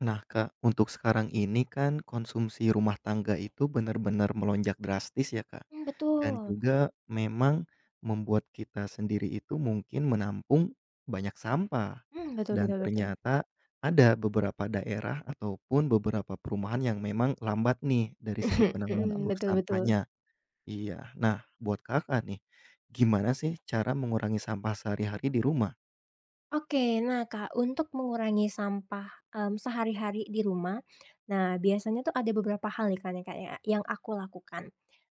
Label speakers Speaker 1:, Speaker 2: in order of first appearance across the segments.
Speaker 1: Nah, Kak, untuk sekarang ini kan konsumsi rumah tangga itu benar-benar melonjak drastis ya, Kak. Dan
Speaker 2: Betul.
Speaker 1: juga memang membuat kita sendiri itu mungkin menampung banyak sampah
Speaker 2: Betul,
Speaker 1: dan
Speaker 2: betul, betul.
Speaker 1: ternyata ada beberapa daerah ataupun beberapa perumahan yang memang lambat nih dari segi
Speaker 2: Mhm,
Speaker 1: penanganan
Speaker 2: mhm,
Speaker 1: alur
Speaker 2: betul, betul.
Speaker 1: sampahnya. Iya. Nah, buat Kakak nih, gimana sih cara mengurangi sampah sehari-hari di rumah?
Speaker 2: Oke, nah Kak, untuk mengurangi sampah, sehari-hari di rumah, nah biasanya tuh ada beberapa hal nih kak ya, Kak, ya, yang aku lakukan.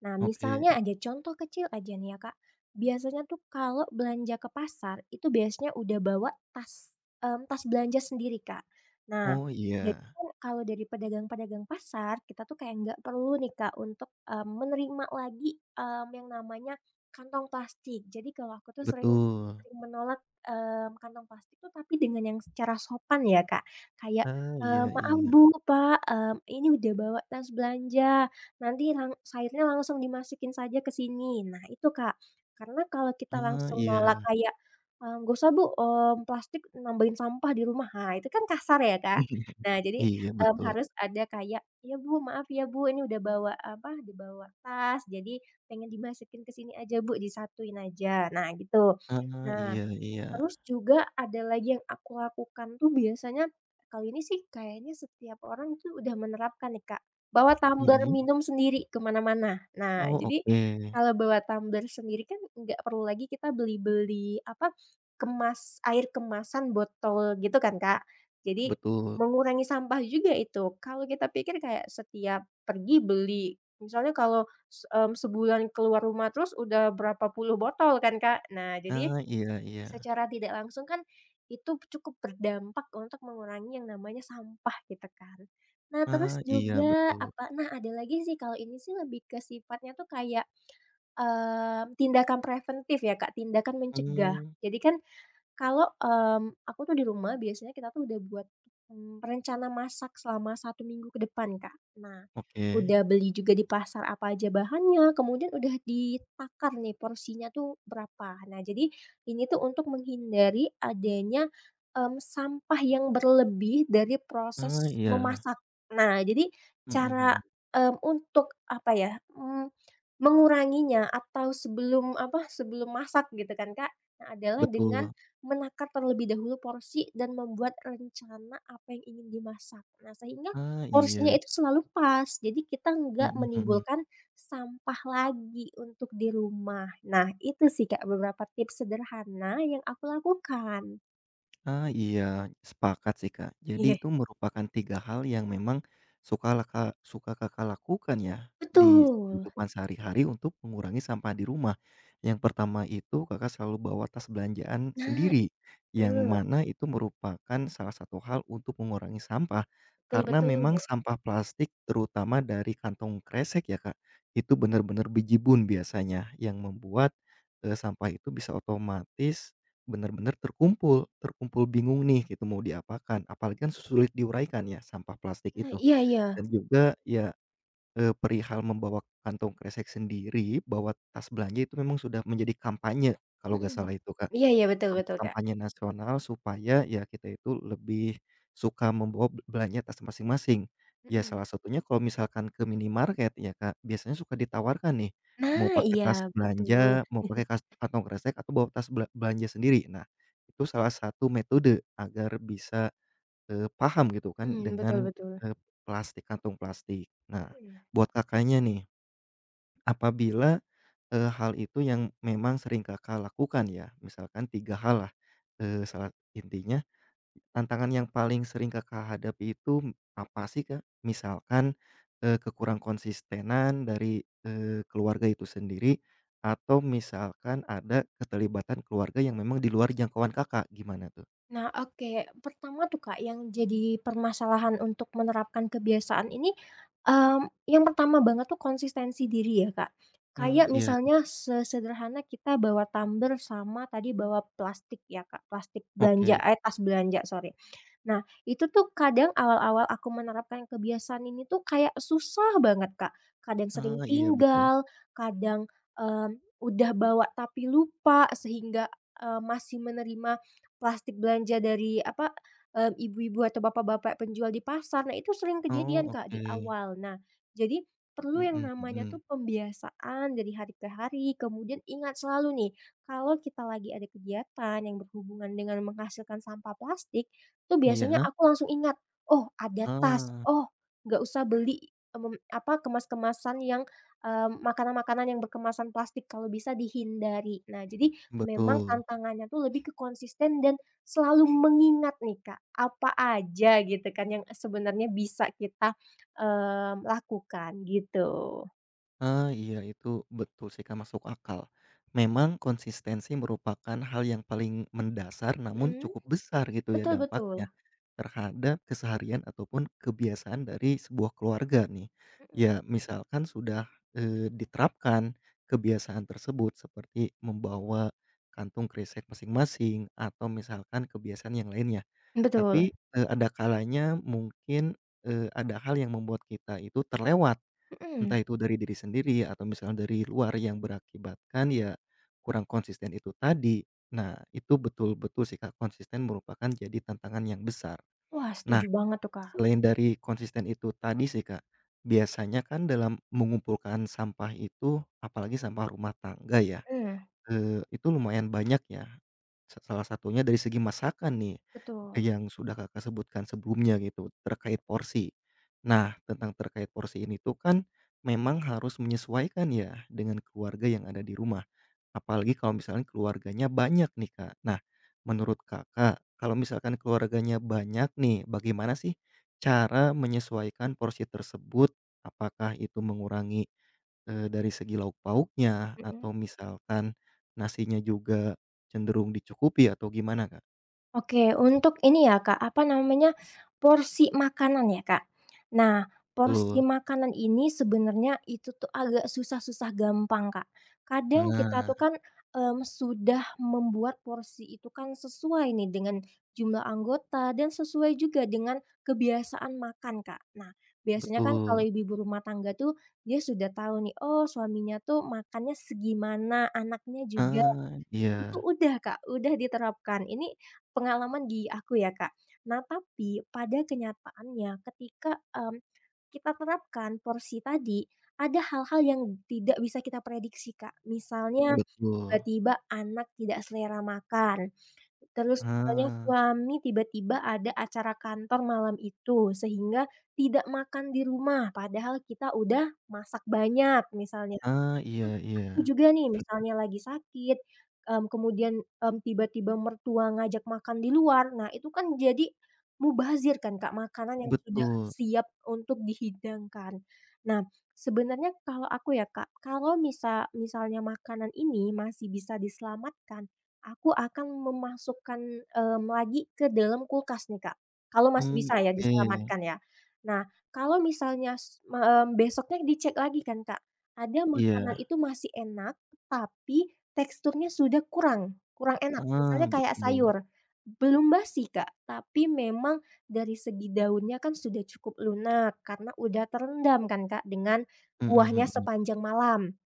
Speaker 2: Nah,
Speaker 1: Oke.
Speaker 2: misalnya aja contoh kecil aja nih ya, Kak, biasanya tuh kalau belanja ke pasar itu biasanya udah bawa tas belanja sendiri, Kak. Nah,
Speaker 1: Oh,
Speaker 2: jadi
Speaker 1: iya.
Speaker 2: kan kalau dari pedagang-pedagang pasar, kita tuh kayak nggak perlu nih, Kak, untuk, menerima lagi, yang namanya kantong plastik. Jadi kalau aku tuh sering
Speaker 1: Betul.
Speaker 2: sering menolak kantong plastik tuh tapi dengan yang secara sopan ya, Kak. Kayak,
Speaker 1: Ah, iya
Speaker 2: eee, Mmm. "Maaf
Speaker 1: iya.
Speaker 2: Bu, Pak, ini udah bawa tas belanja, nanti sayurnya langsung dimasukin saja ke sini." Nah itu, Kak. Karena kalau kita
Speaker 1: Ah,
Speaker 2: langsung nolak
Speaker 1: iya.
Speaker 2: kayak, "Nggak usah Bu, plastik nambahin sampah di rumah." Nah itu kan kasar ya, Kak. Nah jadi,
Speaker 1: Iya, betul.
Speaker 2: harus ada kayak, ya Bu, maaf ya Bu, ini udah bawa apa, dibawa tas, jadi pengen dimasukin ke sini aja Bu, disatuin aja." Nah gitu.
Speaker 1: Ah,
Speaker 2: Nah,
Speaker 1: iya iya.
Speaker 2: terus juga ada lagi yang aku lakukan tuh biasanya kali ini sih kayaknya setiap orang tuh udah menerapkan nih, Kak, bawa tumbler
Speaker 1: Mhm.
Speaker 2: minum sendiri ke mana-mana. Nah,
Speaker 1: Oh,
Speaker 2: jadi
Speaker 1: oke.
Speaker 2: kalau bawa tumbler sendiri kan nggak perlu lagi kita beli-beli, apa, kemas air kemasan botol gitu kan, Kak. Jadi
Speaker 1: Betul.
Speaker 2: mengurangi sampah juga itu. Kalau kita pikir kayak setiap pergi beli, misalnya kalau sebulan keluar rumah terus udah berapa puluh botol kan, Kak. Nah, jadi
Speaker 1: Ah, iya iya.
Speaker 2: secara tidak langsung kan itu cukup berdampak untuk mengurangi yang namanya sampah gitu kan. Nah
Speaker 1: Ah,
Speaker 2: terus
Speaker 1: iya,
Speaker 2: juga
Speaker 1: betul.
Speaker 2: apa nah ada lagi sih kalau ini sih lebih ke sifatnya tuh kayak, tindakan preventif ya Kak, tindakan mencegah.
Speaker 1: Hmm.
Speaker 2: Jadi kan kalau, aku tuh di rumah biasanya kita tuh udah buat, rencana masak selama 1 minggu ke depan, Kak. Nah, udah
Speaker 1: Oke.
Speaker 2: beli juga di pasar apa aja bahannya, kemudian udah ditakar nih porsinya tuh berapa. Nah, jadi ini tuh untuk menghindari adanya, sampah yang berlebih dari
Speaker 1: Ah,
Speaker 2: proses
Speaker 1: iya.
Speaker 2: memasak. Nah, jadi
Speaker 1: Mhm,
Speaker 2: cara,
Speaker 1: mhm.
Speaker 2: untuk apa ya, menguranginya atau sebelum apa, sebelum masak gitu kan, Kak, nah adalah dengan
Speaker 1: Betul.
Speaker 2: menakar terlebih dahulu porsi dan membuat rencana apa yang ingin dimasak. Nah, sehingga
Speaker 1: Ah,
Speaker 2: porsinya
Speaker 1: iya.
Speaker 2: itu selalu pas, jadi kita nggak
Speaker 1: Mhm, mhm.
Speaker 2: menimbulkan sampah lagi untuk di rumah. Nah, itu sih, Kak, beberapa tips sederhana yang aku lakukan.
Speaker 1: Ah, iya, sepakat sih, Kak. Jadi
Speaker 2: Iya.
Speaker 1: itu merupakan 3 hal yang memang suka Kakak lakukan ya, di
Speaker 2: Betul.
Speaker 1: kehidupan sehari-hari untuk mengurangi sampah di rumah. Yang pertama itu Kakak selalu bawa tas belanjaan
Speaker 2: Nah,
Speaker 1: sendiri, yang
Speaker 2: itu.
Speaker 1: mana itu merupakan salah satu hal untuk mengurangi sampah,
Speaker 2: Betul,
Speaker 1: karena
Speaker 2: betul.
Speaker 1: memang sampah plastik terutama dari kantong kresek ya, Kak, itu benar-benar bejibun biasanya yang membuat, sampah itu bisa otomatis benar-benar terkumpul terkumpul bingung nih gitu mau diapakan, apalagi kan sulit diuraikan ya sampah plastik
Speaker 2: Nah,
Speaker 1: itu.
Speaker 2: iya,
Speaker 1: Dan
Speaker 2: iya.
Speaker 1: juga ya, perihal membawa kantong kresek sendiri, bawa tas belanja itu memang sudah menjadi kampanye kalau nggak
Speaker 2: Mhm.
Speaker 1: salah itu, Kak.
Speaker 2: Iya, iya, betul, betul, Kak.
Speaker 1: Kampanye nasional supaya ya kita itu lebih suka membawa belanja tas masing-masing. Ya
Speaker 2: Mhm.
Speaker 1: salah satunya kalau misalkan ke minimarket ya, Kak, biasanya suka ditawarkan nih, mau
Speaker 2: Nah,
Speaker 1: pakai tas
Speaker 2: iya, betul.
Speaker 1: belanja, mau pakai kantong kresek atau bawa tas belanja sendiri. Nah, itu salah satu metode agar bisa, paham gitu kan
Speaker 2: Mhm, betul,
Speaker 1: dengan,
Speaker 2: betul.
Speaker 1: eee, plastik, kantong plastik. Nah,
Speaker 2: Mhm.
Speaker 1: buat Kakaknya nih, apabila hal itu yang memang sering Kakak lakukan ya? Misalkan 3 hal lah, eee, salah intinya tantangan yang paling sering Kakak hadapi itu apa sih, Kak? Misalkan, kekurang konsistenan dari, keluarga itu sendiri atau misalkan ada keterlibatan keluarga yang memang di luar jangkauan Kakak, gimana tuh?
Speaker 2: Nah, oke. Pertama tuh, Kak, yang jadi permasalahan untuk menerapkan kebiasaan ini, mmm, yang pertama banget tuh konsistensi diri ya, Kak.
Speaker 1: Mmm,
Speaker 2: Kayak
Speaker 1: iya,
Speaker 2: misalnya sesederhana kita bawa tumbler sama tadi bawa plastik ya, Kak, plastik belanja,
Speaker 1: oke.
Speaker 2: eh, tas belanja, sorry. Nah, itu tuh kadang awal-awal aku menerapkan kebiasaan ini tuh kayak susah banget, Kak. Kadang
Speaker 1: Ah,
Speaker 2: sering
Speaker 1: iya betul.
Speaker 2: tinggal, kadang, udah bawa tapi lupa sehingga, masih menerima plastik belanja dari apa, ibu-ibu atau bapak-bapak penjual di pasar. Nah, itu sering kejadian,
Speaker 1: Oh,
Speaker 2: Kak, di
Speaker 1: oke.
Speaker 2: awal. Nah, jadi perlu yang
Speaker 1: Mhm,
Speaker 2: namanya
Speaker 1: mhm.
Speaker 2: tuh pembiasaan dari hari ke hari, kemudian ingat selalu nih, kalau kita lagi ada kegiatan yang berhubungan dengan menghasilkan sampah plastik, tuh biasanya
Speaker 1: Iya,
Speaker 2: aku langsung ingat, "Oh, ada tas.
Speaker 1: ah,
Speaker 2: Oh, nggak usah beli, apa, kemas-kemasan yang, makanan-makanan yang berkemasan plastik." Kalau bisa dihindari. Nah, jadi memang
Speaker 1: betul.
Speaker 2: tantangannya tuh lebih ke konsisten dan selalu mengingat nih Kak, apa aja gitu kan yang sebenarnya bisa kita, lakukan gitu.
Speaker 1: Ah, iya itu betul sih, Kak, masuk akal. Memang konsistensi merupakan hal yang paling mendasar namun
Speaker 2: Mhm.
Speaker 1: cukup besar gitu ya
Speaker 2: Betul, betul.
Speaker 1: dampaknya terhadap keseharian ataupun kebiasaan dari sebuah keluarga nih. Ya
Speaker 2: Mhm.
Speaker 1: misalkan sudah eh, diterapkan kebiasaan tersebut seperti membawa kantung kresek masing-masing atau misalkan kebiasaan yang lainnya.
Speaker 2: Betul.
Speaker 1: Tapi eh, ada kalanya mungkin eh, ada hal yang membuat kita itu terlewat. Entah
Speaker 2: Mhm.
Speaker 1: itu dari diri sendiri atau misalnya dari luar yang berakibatkan ya kurang konsisten itu tadi. Nah, itu betul-betul sih, Kak, konsisten merupakan jadi tantangan yang besar.
Speaker 2: Wah,
Speaker 1: Nah,
Speaker 2: setuju banget tuh Kak.
Speaker 1: selain dari konsisten itu tadi sih, Kak, biasanya kan dalam mengumpulkan sampah itu, apalagi sampah rumah tangga ya,
Speaker 2: Mhm.
Speaker 1: itu lumayan banyak ya. Salah satunya dari segi masakan nih,
Speaker 2: Betul.
Speaker 1: yang sudah Kakak sebutkan sebelumnya gitu, terkait porsi. Nah, tentang terkait porsi ini tuh kan, memang harus menyesuaikan ya, dengan keluarga yang ada di rumah. Apalagi kalau misalnya keluarganya banyak nih, Kak. Nah, menurut Kakak, kalau misalkan keluarganya banyak nih, bagaimana sih cara menyesuaikan porsi tersebut? Apakah itu mengurangi, dari segi lauk pauknya, atau
Speaker 2: Mhm.
Speaker 1: misalkan nasinya juga cenderung dicukupi atau gimana, Kak?
Speaker 2: Oke, untuk ini ya, Kak, apa namanya, porsi makanan ya, Kak. Nah,
Speaker 1: Betul.
Speaker 2: porsi makanan ini sebenarnya itu tuh agak susah-susah gampang, Kak. Kadang kita tuh
Speaker 1: Nah,
Speaker 2: kan, sudah membuat porsi itu kan sesuai nih dengan jumlah anggota dan sesuai juga dengan kebiasaan makan, Kak. Nah, biasanya kan kalau
Speaker 1: betul.
Speaker 2: ibu-ibu rumah tangga tuh, dia sudah tahu nih, oh suaminya tuh makannya segimana, anaknya juga
Speaker 1: Ah,
Speaker 2: itu
Speaker 1: iya,
Speaker 2: udah, Kak, udah diterapkan. Ini pengalaman di aku ya, Kak. Nah, tapi pada kenyataannya ketika, kita terapkan porsi tadi, ada hal-hal yang tidak bisa kita prediksi, Kak. Misalnya
Speaker 1: betul.
Speaker 2: tiba-tiba anak tidak selera makan, terus misalnya
Speaker 1: Ah
Speaker 2: suami tiba-tiba ada acara kantor malam itu, sehingga tidak makan di rumah padahal kita udah masak banyak misalnya.
Speaker 1: ah, iya
Speaker 2: Aku
Speaker 1: iya.
Speaker 2: juga nih misalnya lagi sakit, kemudian, tiba-tiba mertua ngajak makan di luar, nah itu kan jadi mubazir kan Kak, makanan yang sudah
Speaker 1: Betul.
Speaker 2: siap untuk dihidangkan. Nah, sebenarnya kalau aku ya Kak, kalau misalnya makanan ini masih bisa diselamatkan, aku akan memasukkan, lagi ke dalam kulkas nih Kak, kalau masih
Speaker 1: Mmm,
Speaker 2: bisa ya
Speaker 1: oke.
Speaker 2: diselamatkan ya. Nah, kalau misalnya besoknya dicek lagi kan Kak, ada makanan
Speaker 1: Iya.
Speaker 2: itu masih enak, tapi teksturnya sudah kurang kurang enak.
Speaker 1: Ah,
Speaker 2: Misalnya kayak
Speaker 1: betul.
Speaker 2: sayur, belum basi, Kak, tapi memang dari segi daunnya kan sudah cukup lunak karena udah terendam kan, Kak, dengan
Speaker 1: Mhm,
Speaker 2: kuahnya
Speaker 1: mhm.
Speaker 2: sepanjang malam.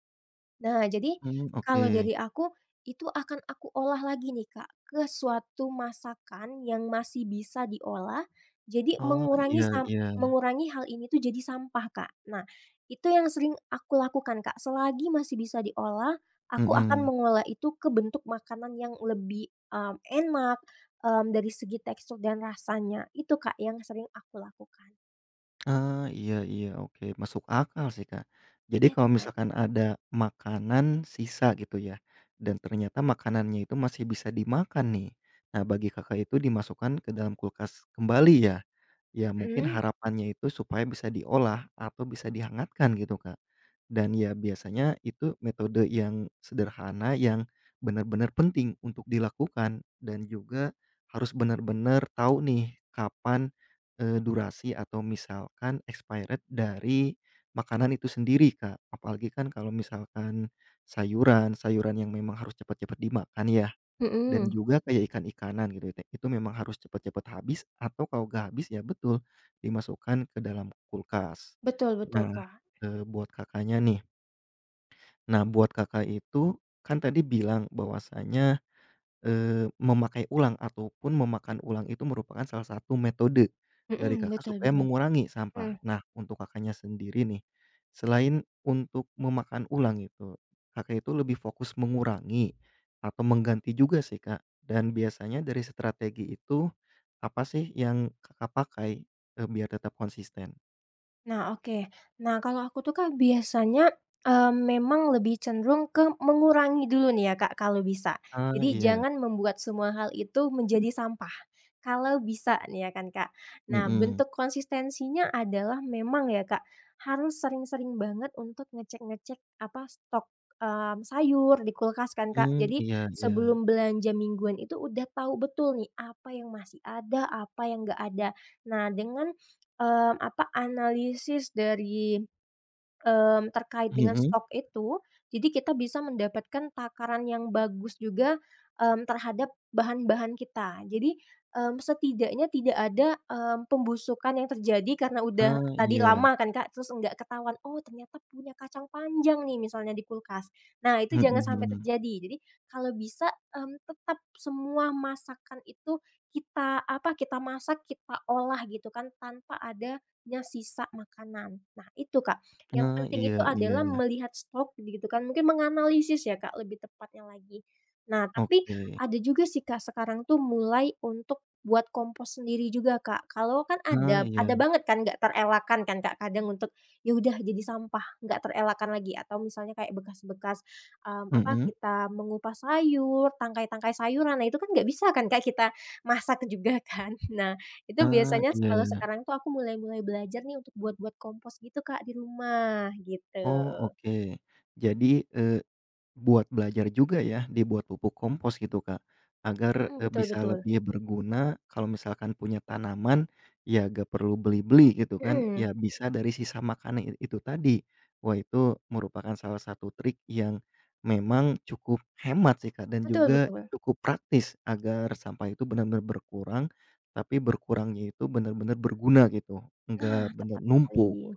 Speaker 2: Nah, jadi
Speaker 1: Mmm, oke.
Speaker 2: kalau dari aku, itu akan aku olah lagi nih, Kak, ke suatu masakan yang masih bisa diolah, jadi
Speaker 1: Oh,
Speaker 2: mengurangi
Speaker 1: iya iya.
Speaker 2: mengurangi hal ini tuh jadi sampah, Kak. Nah, itu yang sering aku lakukan, Kak. Selagi masih bisa diolah, aku akan
Speaker 1: Mhm.
Speaker 2: mengolah itu ke bentuk makanan yang lebih, enak, dari segi tekstur dan rasanya. Itu, Kak, yang sering aku lakukan.
Speaker 1: Ah, iya iya, oke, masuk akal sih, Kak. Jadi
Speaker 2: Iya
Speaker 1: kalau
Speaker 2: kan?
Speaker 1: misalkan ada makanan sisa gitu ya, dan ternyata makanannya itu masih bisa dimakan nih. Nah, bagi Kakak itu dimasukkan ke dalam kulkas kembali ya? Ya mungkin
Speaker 2: Mhm.
Speaker 1: harapannya itu supaya bisa diolah atau bisa dihangatkan gitu, Kak. Dan ya biasanya itu metode yang sederhana yang benar-benar penting untuk dilakukan dan juga harus benar-benar tahu nih kapan, durasi atau misalkan expired dari makanan itu sendiri, Kak. Apalagi kan kalau misalkan sayuran, sayuran yang memang harus cepat-cepat dimakan ya. Dan
Speaker 2: Mhm.
Speaker 1: juga kayak ikan-ikanan gitu ya, itu memang harus cepet-cepet habis atau kalau nggak habis ya betul, dimasukkan ke dalam kulkas.
Speaker 2: Betul, betul,
Speaker 1: Nah,
Speaker 2: Kak.
Speaker 1: buat Kakaknya nih, nah buat Kakak itu kan tadi bilang bahwasanya memakai ulang ataupun memakan ulang itu merupakan salah satu metode dari
Speaker 2: Mhm,
Speaker 1: Kakak
Speaker 2: betul,
Speaker 1: supaya
Speaker 2: betul.
Speaker 1: mengurangi sampah.
Speaker 2: Mhm.
Speaker 1: Nah, untuk Kakaknya sendiri nih, selain untuk memakan ulang itu, Kakak itu lebih fokus mengurangi atau mengganti juga sih, Kak? Dan biasanya dari strategi itu, apa sih yang Kakak pakai, biar tetap konsisten?
Speaker 2: Nah, oke. Nah, kalau aku tuh, Kak, biasanya, memang lebih cenderung ke mengurangi dulu nih ya, Kak, kalau bisa.
Speaker 1: Ah,
Speaker 2: Jadi
Speaker 1: iya.
Speaker 2: jangan membuat semua hal itu menjadi sampah, kalau bisa nih ya kan, Kak. Nah,
Speaker 1: Mhm.
Speaker 2: bentuk konsistensinya adalah memang ya, Kak, harus sering-sering banget untuk ngecek-ngecek apa, stok, sayur di kulkas kan, Kak.
Speaker 1: Mmm,
Speaker 2: Jadi
Speaker 1: iya iya.
Speaker 2: sebelum belanja mingguan itu udah tahu betul nih, apa yang masih ada, apa yang nggak ada. Nah, dengan apa, analisis dari terkait dengan
Speaker 1: Mhm?
Speaker 2: stok itu, jadi kita bisa mendapatkan takaran yang bagus juga, terhadap bahan-bahan kita. Jadi, setidaknya tidak ada, pembusukan yang terjadi karena
Speaker 1: Ah,
Speaker 2: udah tadi
Speaker 1: iya.
Speaker 2: lama kan Kak, terus nggak ketahuan, "Oh ternyata punya kacang panjang nih," misalnya di kulkas. Nah itu
Speaker 1: Mhm,
Speaker 2: jangan sampai
Speaker 1: mhm.
Speaker 2: terjadi. Jadi kalau bisa, tetap semua masakan itu kita apa, kita masak, kita olah gitu kan, tanpa adanya sisa makanan. Nah itu Kak. Yang
Speaker 1: Ah,
Speaker 2: penting
Speaker 1: iya
Speaker 2: itu adalah
Speaker 1: iya.
Speaker 2: melihat stok gitu kan, mungkin menganalisis ya Kak, lebih tepatnya lagi. Nah, tapi
Speaker 1: Oke.
Speaker 2: ada juga sih Kak, sekarang tuh mulai untuk buat kompos sendiri juga Kak. Kalau kan
Speaker 1: Ah, iya,
Speaker 2: ada banget kan nggak terelakkan kan Kak, kadang untuk, ya udah jadi sampah, nggak terelakkan lagi atau misalnya kayak bekas-bekas, apa,
Speaker 1: mhm,
Speaker 2: kita mengupas sayur, tangkai-tangkai sayuran, nah itu kan nggak bisa kan Kak, kita masak juga kan. Nah itu
Speaker 1: ah,
Speaker 2: biasanya kalau
Speaker 1: iya,
Speaker 2: sekarang tuh aku mulai-mulai belajar nih untuk buat-buat kompos gitu, Kak, di rumah, gitu.
Speaker 1: oh, oke. Jadi, eee, buat belajar juga ya, dibuat pupuk kompos gitu, Kak, agar,
Speaker 2: Mhm, betul,
Speaker 1: bisa
Speaker 2: betul.
Speaker 1: lebih berguna kalau misalkan punya tanaman, ya nggak perlu beli-beli gitu kan,
Speaker 2: Mhm,
Speaker 1: ya bisa dari sisa makanan itu tadi. Wah itu merupakan salah satu trik yang memang cukup hemat sih, Kak, dan
Speaker 2: betul,
Speaker 1: juga
Speaker 2: betul.
Speaker 1: cukup praktis agar sampah itu benar-benar berkurang, tapi berkurangnya itu benar-benar berguna gitu, enggak
Speaker 2: Nah,
Speaker 1: benar
Speaker 2: tepat
Speaker 1: numpuk.
Speaker 2: sekali.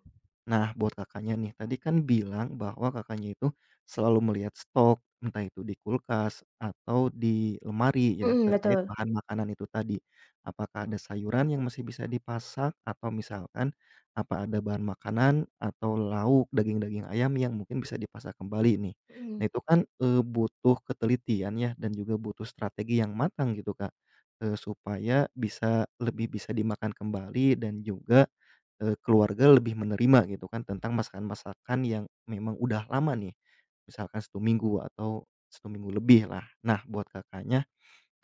Speaker 1: Nah, buat Kakaknya nih, tadi kan bilang bahwa Kakaknya itu selalu melihat stok, entah itu di kulkas atau di lemari ya,
Speaker 2: Mhm,
Speaker 1: terkait
Speaker 2: betul.
Speaker 1: bahan makanan itu tadi. Apakah ada sayuran yang masih bisa dipasak atau misalkan, apa ada bahan makanan atau lauk, daging-daging ayam yang mungkin bisa dipasak kembali nih. Nah,
Speaker 2: Mhm,
Speaker 1: itu kan, butuh ketelitian ya dan juga butuh strategi yang matang gitu, Kak, supaya bisa lebih bisa dimakan kembali dan juga keluarga lebih menerima gitu kan tentang masakan-masakan yang memang udah lama nih, misalkan satu minggu atau satu minggu lebih lah. Nah buat Kakaknya,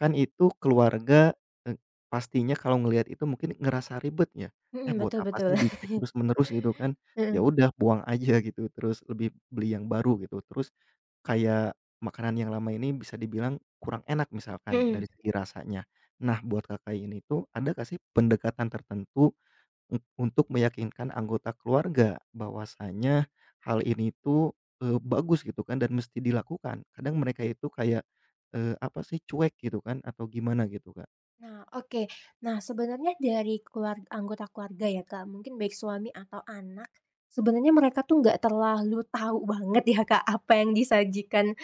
Speaker 1: kan itu keluarga, eee, pastinya kalau ngelihat itu mungkin ngerasa ribet ya, "Eh
Speaker 2: mhm,
Speaker 1: buat
Speaker 2: betul,
Speaker 1: apa sih
Speaker 2: betul.
Speaker 1: dicek terus-menerus?" Gitu kan, ya
Speaker 2: Heeh.
Speaker 1: udah buang aja gitu terus lebih beli yang baru gitu. Terus kayak makanan yang lama ini bisa dibilang kurang enak misalkan
Speaker 2: Mhm.
Speaker 1: dari segi rasanya. Nah buat Kakak ini tuh ada nggak sih pendekatan tertentu untuk meyakinkan anggota keluarga bahwasanya hal ini tuh, bagus gitu kan dan mesti dilakukan. Kadang mereka itu kayak, apa sih, cuek gitu kan atau gimana gitu, Kak.
Speaker 2: Nah, oke. Nah, sebenarnya dari anggota keluarga ya, Kak, mungkin baik suami atau anak, sebenarnya mereka tuh nggak terlalu tahu banget ya, Kak, apa yang disajikan,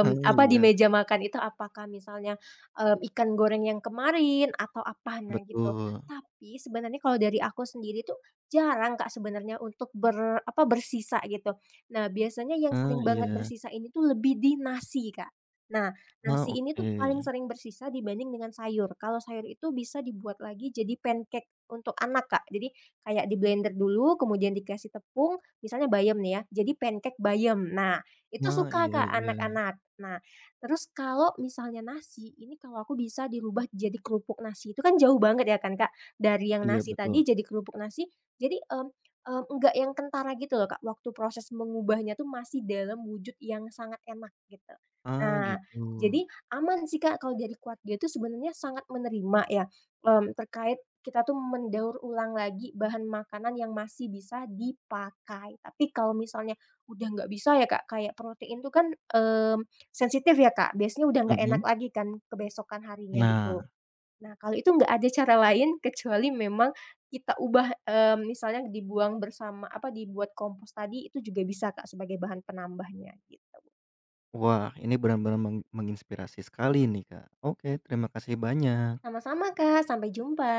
Speaker 1: Ah,
Speaker 2: apa, di
Speaker 1: iya,
Speaker 2: meja makan itu apakah misalnya, ikan goreng yang kemarin atau apa, nah gitu.
Speaker 1: betul.
Speaker 2: Tapi sebenarnya kalau dari aku sendiri tuh jarang, Kak, sebenarnya untuk apa, bersisa gitu. Nah, biasanya yang
Speaker 1: Ah,
Speaker 2: sering banget
Speaker 1: iya.
Speaker 2: bersisa ini tuh lebih di nasi, Kak. Nah,
Speaker 1: Ah,
Speaker 2: nasi ini tuh paling
Speaker 1: oke.
Speaker 2: sering bersisa dibanding dengan sayur. Kalau sayur itu bisa dibuat lagi jadi pancake untuk anak, Kak. Jadi kayak di-blender dulu, kemudian dikasih tepung, misalnya bayam nih ya, jadi pancake bayam. Nah, itu
Speaker 1: Ah,
Speaker 2: suka,
Speaker 1: iya
Speaker 2: Kak,
Speaker 1: iya.
Speaker 2: anak-anak. Nah, terus kalau misalnya nasi, ini kalau aku bisa dirubah jadi kerupuk nasi. Itu kan jauh banget ya kan, Kak, dari yang
Speaker 1: Iya,
Speaker 2: nasi tadi
Speaker 1: betul.
Speaker 2: jadi kerupuk nasi. Jadi, enggak yang kentara gitu loh, Kak. Waktu proses mengubahnya tuh masih dalam wujud yang sangat enak gitu.
Speaker 1: Ah,
Speaker 2: Nah
Speaker 1: gitu.
Speaker 2: jadi aman sih, Kak, kalau dari keluarga itu sebenarnya sangat menerima ya, terkait kita tuh mendaur ulang lagi bahan makanan yang masih bisa dipakai. Tapi kalau misalnya udah nggak bisa ya, Kak, kayak protein tuh kan, sensitif ya, Kak, biasanya udah nggak
Speaker 1: Mhm.
Speaker 2: enak lagi kan kebesokan harinya
Speaker 1: Nah,
Speaker 2: gitu. Nah, kalau itu nggak ada cara lain kecuali memang kita ubah, misalnya dibuang bersama apa, dibuat kompos tadi itu juga bisa, Kak, sebagai bahan penambahnya gitu.
Speaker 1: wah ini benar-benar menginspirasi sekali nih, Kak. Oke, terima kasih banyak.
Speaker 2: Sama-sama, Kak, sampai jumpa.